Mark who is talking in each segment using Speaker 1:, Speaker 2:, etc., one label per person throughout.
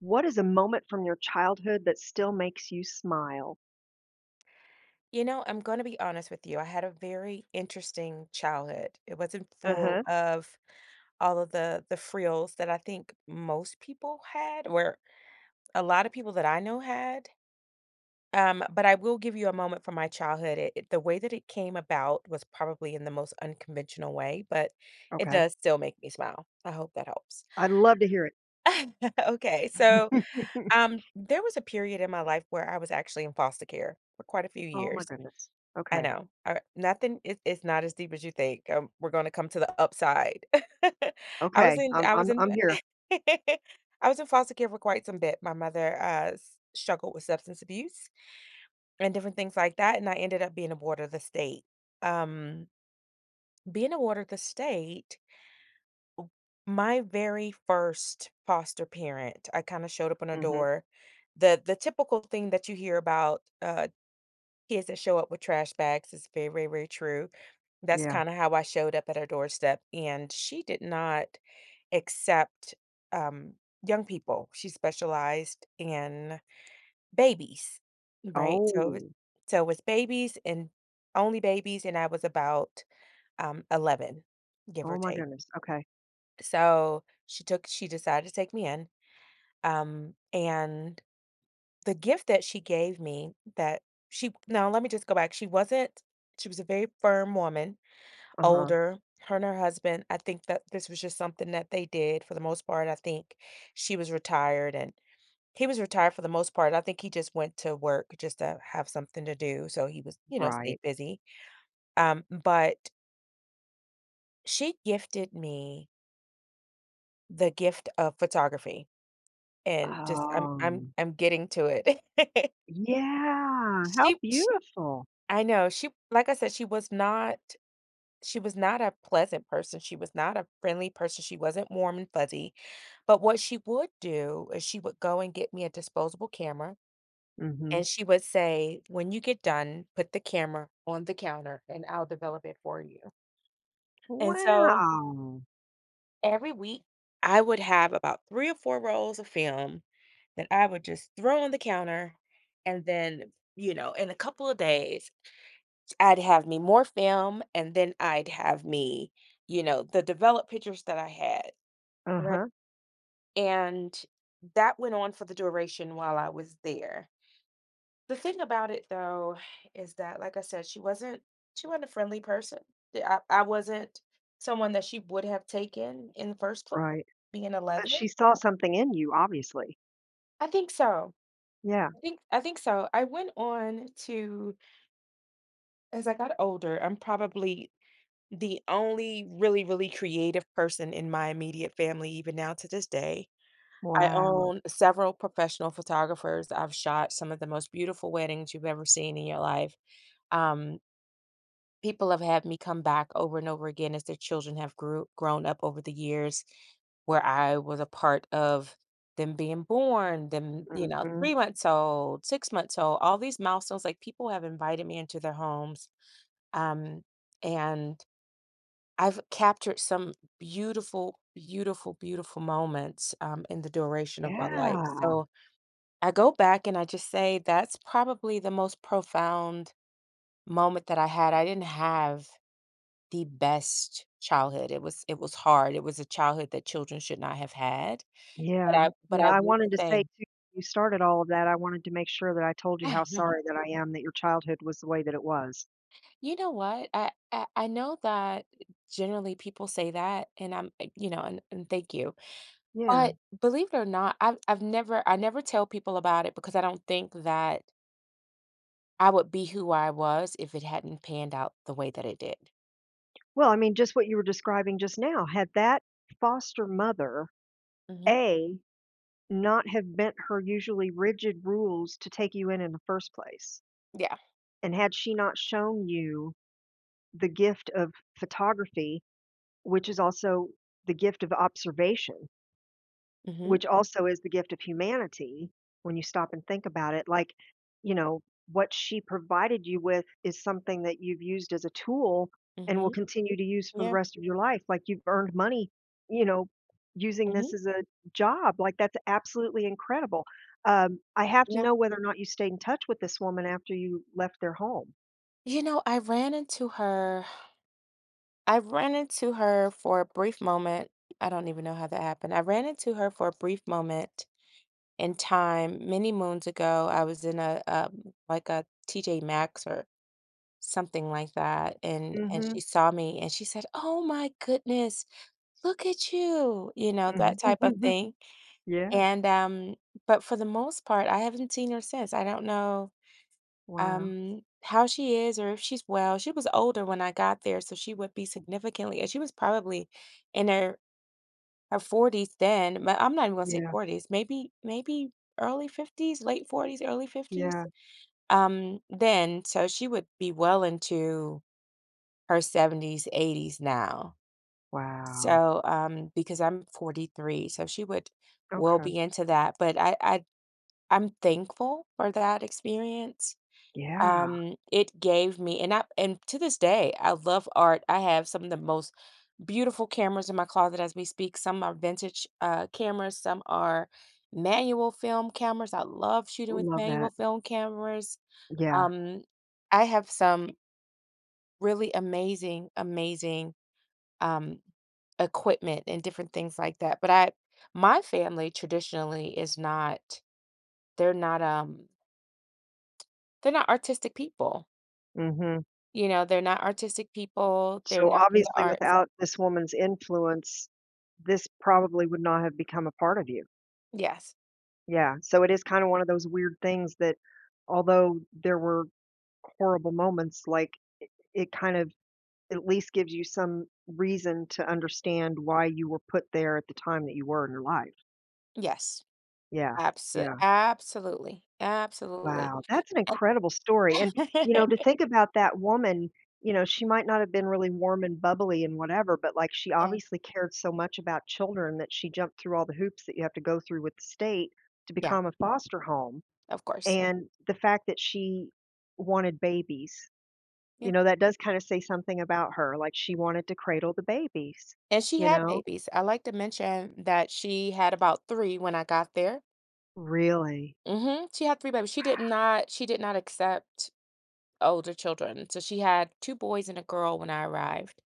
Speaker 1: What is a moment from your childhood that still makes you smile?
Speaker 2: I'm gonna be honest with you. I had a very interesting childhood. It wasn't full
Speaker 1: Uh-huh.
Speaker 2: of all of the frills that I think most people had, or a lot of people that I know had. But I will give you a moment from my childhood. The way that it came about was probably in the most unconventional way, but it
Speaker 1: Okay.
Speaker 2: does still make me smile. I hope that helps.
Speaker 1: I'd love to hear it.
Speaker 2: Okay, so there was a period in my life where I was actually in foster care for quite a few
Speaker 1: Oh my
Speaker 2: years.
Speaker 1: goodness.
Speaker 2: I
Speaker 1: Okay.
Speaker 2: know. I nothing is it's not as deep as you think. We're gonna come to the upside.
Speaker 1: Okay. I'm
Speaker 2: I
Speaker 1: I'm
Speaker 2: was in
Speaker 1: I'm here.
Speaker 2: I was in foster care for quite some bit. My mother struggled with substance abuse and different things like that, and I ended up being a ward of the state. Um, being a ward of the state, my very first foster parent, I kind of showed up on a
Speaker 1: Mhm.
Speaker 2: door. The typical thing that you hear about kids that show up with trash bags is very, very, very true. That's
Speaker 1: Yeah.
Speaker 2: kinda how I showed up at her doorstep, and she did not accept, um, young people. She specialized in babies, right?
Speaker 1: Oh.
Speaker 2: So, it was babies and only babies, and I was about, 11, give
Speaker 1: Oh
Speaker 2: or
Speaker 1: my
Speaker 2: take.
Speaker 1: goodness. Okay.
Speaker 2: So, she decided to take me in, and the gift that she gave me that she now let me just go back. She wasn't She was a very firm woman,
Speaker 1: Uh-huh.
Speaker 2: older. Her and her husband, I think that this was just something that they did for the most part. I think she was retired and he was retired for the most part. I think he just went to work just to have something to do. So he was, you know, stayed
Speaker 1: Right.
Speaker 2: busy. But she gifted me the gift of photography, and just
Speaker 1: Um.
Speaker 2: I'm getting to it.
Speaker 1: Yeah. How
Speaker 2: she
Speaker 1: beautiful.
Speaker 2: she, like I said, she was not a pleasant person, she was not a friendly person, she wasn't warm and fuzzy, but what she would do is she would go and get me a disposable camera,
Speaker 1: Mhm.
Speaker 2: and she would say, "When you get done, put the camera on the counter, and I'll develop it for you." And so,
Speaker 1: Wow.
Speaker 2: every week, I would have about 3 or 4 rolls of film that I would just throw on the counter, and then, you know, in a couple of days I'd have me more film, and then I'd have me, you know, the developed pictures that I had. Right.
Speaker 1: Uh-huh.
Speaker 2: And that went on for the duration while I was there. The thing about it though is that, like I said, she wasn't a friendly person. I wasn't someone that she would have taken in the first place,
Speaker 1: Right.
Speaker 2: being
Speaker 1: She
Speaker 2: 11.
Speaker 1: saw something in you, obviously.
Speaker 2: I think so.
Speaker 1: Yeah.
Speaker 2: I think so. I went on to, as I got older, I'm probably the only really, really creative person in my immediate family, even now to this day. I
Speaker 1: Wow.
Speaker 2: own several professional photographers. I've shot some of the most beautiful weddings you've ever seen in your life. Um, people have had me come back over and over again as their children have grew grown up over the years, where I was a part of them being born, them, you know,
Speaker 1: Mhm.
Speaker 2: 3 months old, 6 months old, all these milestones, like, people have invited me into their homes, um, and I've captured some beautiful, beautiful, beautiful moments, in the duration of my life,
Speaker 1: Yeah.
Speaker 2: so I go back and I just say that's probably the most profound moment that I had. I didn't have the best childhood. It was hard. It was a childhood that children should not have had,
Speaker 1: Yeah,
Speaker 2: but
Speaker 1: yeah,
Speaker 2: I
Speaker 1: I
Speaker 2: will
Speaker 1: wanted to say
Speaker 2: say.
Speaker 1: too, you started all of that, I wanted to make sure that I told you how sorry that I am that your childhood was the way that it was.
Speaker 2: You know what? I know that generally people say that, and I'm, you know, and thank you.
Speaker 1: Yeah.
Speaker 2: But believe it or not, I never tell people about it because I don't think that I would be who I was if it hadn't panned out the way that it did.
Speaker 1: Well, I mean, just what you were describing just now, had that foster mother,
Speaker 2: Mhm.
Speaker 1: A, not have bent her usually rigid rules to take you in the first place,
Speaker 2: Yeah.
Speaker 1: and had she not shown you the gift of photography, which is also the gift of observation,
Speaker 2: Mhm.
Speaker 1: which also is the gift of humanity when you stop and think about it, like, you know, what she provided you with is something that you've used as a tool and will
Speaker 2: Mhm.
Speaker 1: continue to use for the
Speaker 2: Yeah.
Speaker 1: rest of your life, like, you've earned money, you know, using this
Speaker 2: Mhm.
Speaker 1: as a job, like, that's absolutely incredible. I have to
Speaker 2: Yeah.
Speaker 1: know whether or not you stayed in touch with this woman after you left their home.
Speaker 2: You know, I ran into her for a brief moment. I don't even know how that happened. I ran into her for a brief moment in time many moons ago. I was in a like a TJ Maxx or something like that, and she
Speaker 1: Mhm,
Speaker 2: saw me and she said, "Oh my goodness, look at you," you know, that
Speaker 1: mhm.
Speaker 2: type of thing,
Speaker 1: Yeah.
Speaker 2: and, but for the most part, I haven't seen her since. I don't know,
Speaker 1: Wow.
Speaker 2: how she is or if she's well. She was older when I got there, so she would be significantly, and she was probably in her 40s then, but I'm not even gonna say
Speaker 1: Yeah,
Speaker 2: 40s, maybe early 50s, late 40s, early
Speaker 1: yeah.
Speaker 2: 50s, then, so she would be well into her 70s, 80s now.
Speaker 1: Wow.
Speaker 2: So, because I'm 43, so she would will
Speaker 1: Okay.
Speaker 2: be into that. But I'm thankful for that experience.
Speaker 1: Yeah.
Speaker 2: It gave me, and I and to this day, I love art. I have some of the most beautiful cameras in my closet as we speak. Some are vintage cameras, some are manual film cameras. I love shooting with
Speaker 1: Love
Speaker 2: manual
Speaker 1: that.
Speaker 2: film cameras.
Speaker 1: Yeah.
Speaker 2: Um, I have some really amazing, amazing um, equipment and different things like that. My family traditionally is not, they're not, um, they're not artistic people.
Speaker 1: Mhm.
Speaker 2: You know, they're not artistic people. They're
Speaker 1: So,
Speaker 2: not in the
Speaker 1: obviously,
Speaker 2: arts.
Speaker 1: without this woman's influence, this probably would not have become a part of you.
Speaker 2: Yes.
Speaker 1: Yeah, so it is kinda one of those weird things that although there were horrible moments, like, it kind of at least gives you some reason to understand why you were put there at the time that you were in your life.
Speaker 2: Yes.
Speaker 1: Yeah, yeah.
Speaker 2: Absolutely. Absolutely.
Speaker 1: Wow, that's an
Speaker 2: And
Speaker 1: incredible story, and, to think about that woman, she might not have been really warm and bubbly and whatever, but, like, she
Speaker 2: yeah,
Speaker 1: obviously cared so much about children that she jumped through all the hoops that you have to go through with the state to
Speaker 2: yeah,
Speaker 1: become a foster home,
Speaker 2: of course.
Speaker 1: and the fact that she wanted babies, you
Speaker 2: Yeah.
Speaker 1: know, that does kinda say something about her, like, she wanted to cradle the babies,
Speaker 2: And she
Speaker 1: you
Speaker 2: had
Speaker 1: know?
Speaker 2: babies. I like to mention that she had about 3 when I got there.
Speaker 1: Really?
Speaker 2: Hmm. She had 3 babies. She did not accept older children. So she had 2 boys and a girl when I arrived,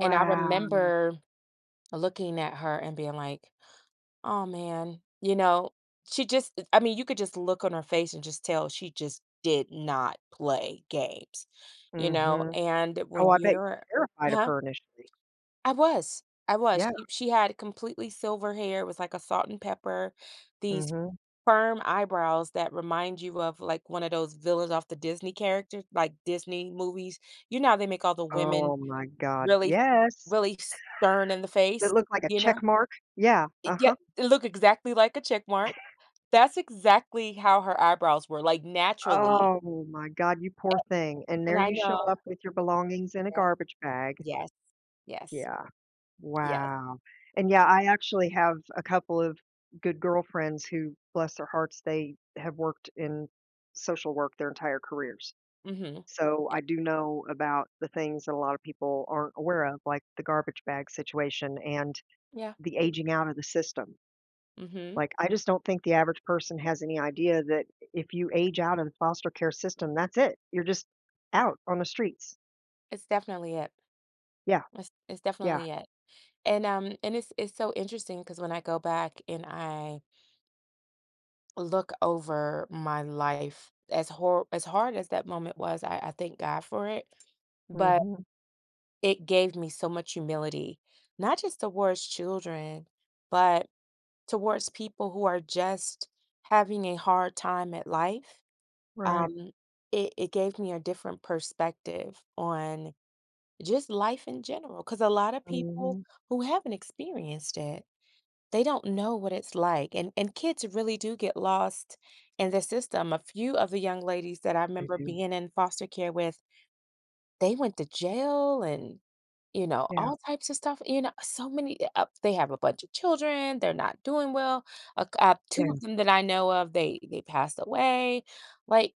Speaker 2: and I remember looking at her and being like, "Oh man," you know? She just I mean, you could just look on her face and just tell she just did not play games, you know?
Speaker 1: Mhm.
Speaker 2: And
Speaker 1: Oh,
Speaker 2: when
Speaker 1: I bet you
Speaker 2: you're—
Speaker 1: were terrified of
Speaker 2: Huh?
Speaker 1: her initially.
Speaker 2: I
Speaker 1: Yeah.
Speaker 2: was. She had completely silver hair, it was like a salt and pepper, these
Speaker 1: Mhm.
Speaker 2: firm eyebrows that remind you of like one of those villains off the Disney characters, like Disney movies. You know how they make all the women
Speaker 1: Oh my god,
Speaker 2: really,
Speaker 1: yes.
Speaker 2: really stern in the
Speaker 1: That
Speaker 2: face,
Speaker 1: looked like a
Speaker 2: you know?
Speaker 1: check mark. Yeah, uh-huh.
Speaker 2: Yet it look exactly like a check mark. That's exactly how her eyebrows were, like naturally.
Speaker 1: Oh my god, you poor thing, and
Speaker 2: And
Speaker 1: there
Speaker 2: I
Speaker 1: you
Speaker 2: know.
Speaker 1: show up with your belongings in a
Speaker 2: Yes.
Speaker 1: garbage bag.
Speaker 2: Yes. Yes.
Speaker 1: Yeah,
Speaker 2: Yes.
Speaker 1: wow, and yeah, I actually have a couple of good girlfriends who, bless their hearts, they have worked in social work their entire careers.
Speaker 2: Hmm.
Speaker 1: So
Speaker 2: Yeah.
Speaker 1: I do know about the things that a lot of people aren't aware of, like the garbage bag situation and
Speaker 2: Yeah.
Speaker 1: the aging out of the system.
Speaker 2: Hmm.
Speaker 1: Like, I just don't think the average person has any idea that if you age out of the foster care system, that's it. You're just out on the streets.
Speaker 2: It's definitely it.
Speaker 1: Yeah,
Speaker 2: It's
Speaker 1: yeah.
Speaker 2: definitely it. And it's so interesting because when I go back and I look over my life, as hard as that moment was, I thank God for it. But
Speaker 1: Mhm.
Speaker 2: it gave me so much humility, not just towards children, but towards people who are just having a hard time at life.
Speaker 1: Right.
Speaker 2: Um, it gave me a different perspective on just life in general, because a lot of people
Speaker 1: Mhm.
Speaker 2: who haven't experienced it, they don't know what it's like, and kids really do get lost in the system. A few of the young ladies that I
Speaker 1: They
Speaker 2: remember
Speaker 1: do.
Speaker 2: being in foster care with, they went to jail and, you know,
Speaker 1: Yeah,
Speaker 2: all types of stuff, you know, so many they have a bunch of children, they're not doing well. 2 of
Speaker 1: yeah,
Speaker 2: them that I know of, they passed away. Like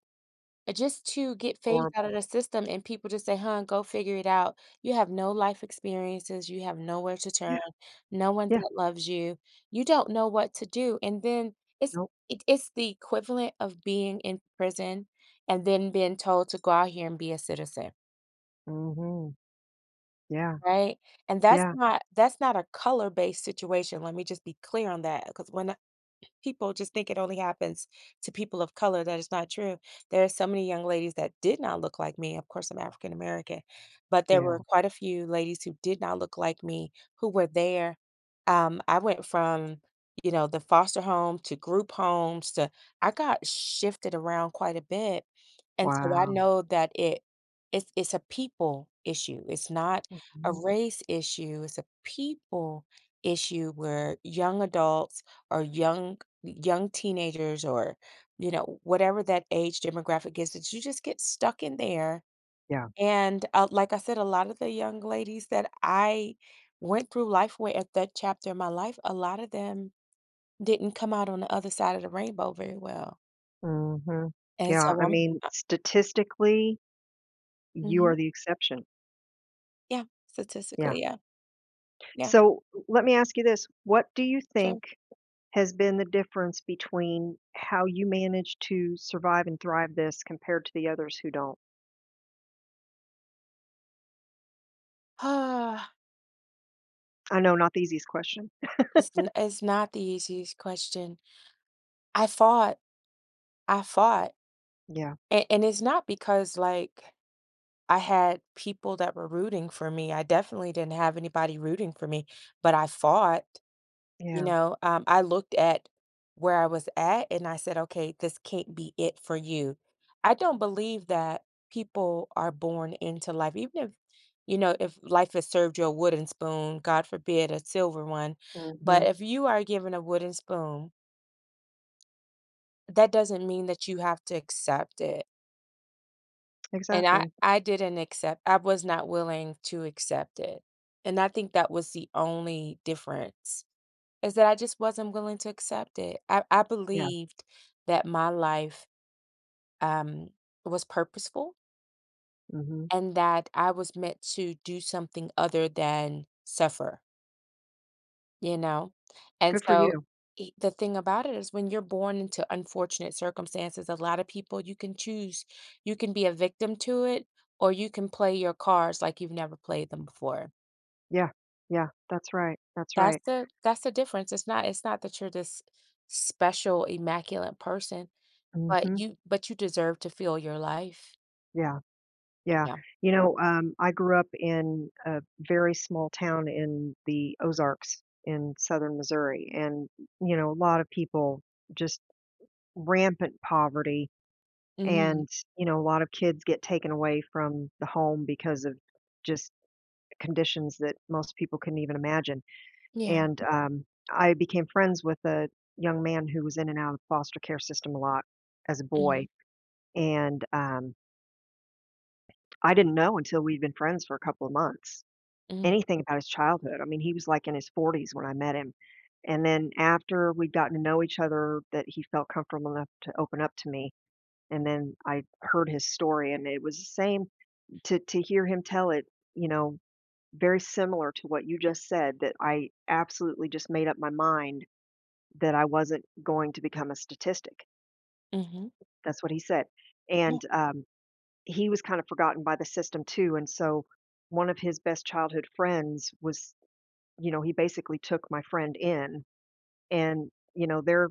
Speaker 2: just to get phased out
Speaker 1: horrible.
Speaker 2: of the system and people just say, huh, go figure it out. You have no life experiences. You have nowhere to turn,
Speaker 1: Yeah,
Speaker 2: no one
Speaker 1: yeah.
Speaker 2: that loves you. You don't know what to do. And then it's
Speaker 1: Nope.
Speaker 2: it, it's the equivalent of being in prison and then being told to go out here and be a citizen,
Speaker 1: Mhm. Yeah,
Speaker 2: right? And that's
Speaker 1: yeah,
Speaker 2: not a color-based situation. Let me just be clear on that. Because when people just think it only happens to people of color. That is not true. There are so many young ladies that did not look like me. Of course, I'm African American, but there
Speaker 1: yeah.
Speaker 2: were quite a few ladies who did not look like me who were there. I went from, you know, the foster home to group homes to— I got shifted around quite a bit, and so I
Speaker 1: Wow.
Speaker 2: know that it's a people issue. It's not a
Speaker 1: Mhm.
Speaker 2: race issue. It's a people issue where young adults or young teenagers or you know whatever that age demographic is, that you just get stuck in there.
Speaker 1: Yeah.
Speaker 2: And like I said, a lot of the young ladies that I went through life with at that chapter in my life, a lot of them didn't come out on the other side of the rainbow very well.
Speaker 1: Mhm.
Speaker 2: And
Speaker 1: Yeah,
Speaker 2: so
Speaker 1: I
Speaker 2: I'm,
Speaker 1: mean,
Speaker 2: uh,
Speaker 1: statistically, you are
Speaker 2: mhm,
Speaker 1: the exception.
Speaker 2: yeah,
Speaker 1: Yeah.
Speaker 2: statistically, yeah. Yeah,
Speaker 1: So, let me ask you this, what do you
Speaker 2: sure.
Speaker 1: think has been the difference between how you manage to survive and thrive this compared to the others who don't?
Speaker 2: Ah,
Speaker 1: I know, not the easiest question.
Speaker 2: it's not the easiest question. I fought, I fought,
Speaker 1: Yeah,
Speaker 2: and, it's not because like I had people that were rooting for me. I definitely didn't have anybody rooting for me, but I fought. You
Speaker 1: yeah,
Speaker 2: know, I looked at where I was at and I said, okay, this can't be it for you. I don't believe that people are born into life, even if, you know, if life has served you a wooden spoon, God forbid, a silver one. But
Speaker 1: mhm,
Speaker 2: if you are given a wooden spoon, that doesn't mean that you have to accept it. And
Speaker 1: exactly.
Speaker 2: I didn't accept, I was not willing to accept it. And I think that was the only difference. Is that I just wasn't willing to accept it. I
Speaker 1: Yeah,
Speaker 2: believed that my life, um, was purposeful
Speaker 1: mhm.
Speaker 2: and that I was meant to do something other than suffer, you know? And
Speaker 1: Good for
Speaker 2: so,
Speaker 1: you.
Speaker 2: I the thing about it is when you're born into unfortunate circumstances, a lot of people you can choose. You can be a victim to it, or you can play your cards like you've never played them before.
Speaker 1: Yeah, yeah, that's right, that's right.
Speaker 2: That's the difference. It's not that you're this special, immaculate person.
Speaker 1: Mhm,
Speaker 2: But you deserve to feel your life.
Speaker 1: yeah, yeah.
Speaker 2: Yeah.
Speaker 1: I grew up in a very small town in the Ozarks in Southern Missouri, and, you know, a lot of people, just rampant poverty,
Speaker 2: Mhm.
Speaker 1: and, you know, a lot of kids get taken away from the home because of just conditions that most people couldn't even imagine.
Speaker 2: Yeah.
Speaker 1: And, I became friends with a young man who was in and out of the foster care system a lot as a boy,
Speaker 2: Mhm.
Speaker 1: and, I didn't know until we'd been friends for a couple of months
Speaker 2: Mhm.
Speaker 1: anything about his childhood. I mean, he was, like, in his 40s when I met him, and then after we'd gotten to know each other that he felt comfortable enough to open up to me, and then I heard his story, and it was the same. To hear him tell it, you know, very similar to what you just said, that I absolutely just made up my mind that I wasn't going to become a statistic.
Speaker 2: Mhm.
Speaker 1: That's what he said,
Speaker 2: Yeah.
Speaker 1: and, he was kind of forgotten by the system too, and so one of his best childhood friends was, you know, he basically took my friend in, and, you know, they're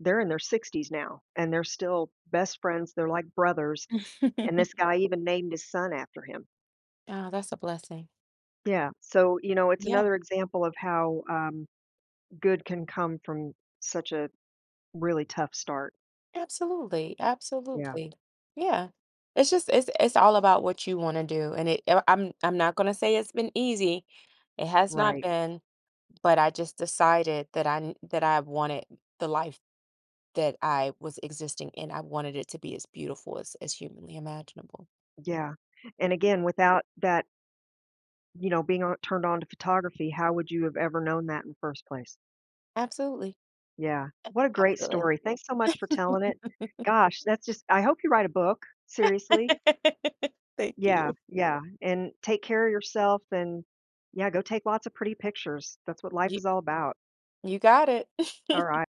Speaker 1: they're in their 60s now, and they're still best friends, they're like brothers, and this guy even named his son after him.
Speaker 2: Oh, that's a blessing.
Speaker 1: Yeah. So, you know, it's
Speaker 2: Yeah.
Speaker 1: another example of how good can come from such a really tough start.
Speaker 2: Absolutely,
Speaker 1: Yeah,
Speaker 2: absolutely. Yeah. It's just it's all about what you wanna do, and I'm not gonna say it's been easy. It has not
Speaker 1: right.
Speaker 2: been. But I just decided that that I wanted the life that I was existing in. I wanted it to be as beautiful as humanly imaginable.
Speaker 1: Yeah. And again, without that, you know, being on, turned on to photography, how would you have ever known that in the first place?
Speaker 2: Absolutely.
Speaker 1: Yeah. What a great
Speaker 2: Absolutely.
Speaker 1: story. Thanks so much for telling it. Gosh, that's just, I hope you write a book. Seriously.
Speaker 2: Thank
Speaker 1: Yeah.
Speaker 2: you.
Speaker 1: Yeah. And take care of yourself and yeah, go take lots of pretty pictures. That's what life
Speaker 2: You
Speaker 1: is all about.
Speaker 2: you got it.
Speaker 1: All right.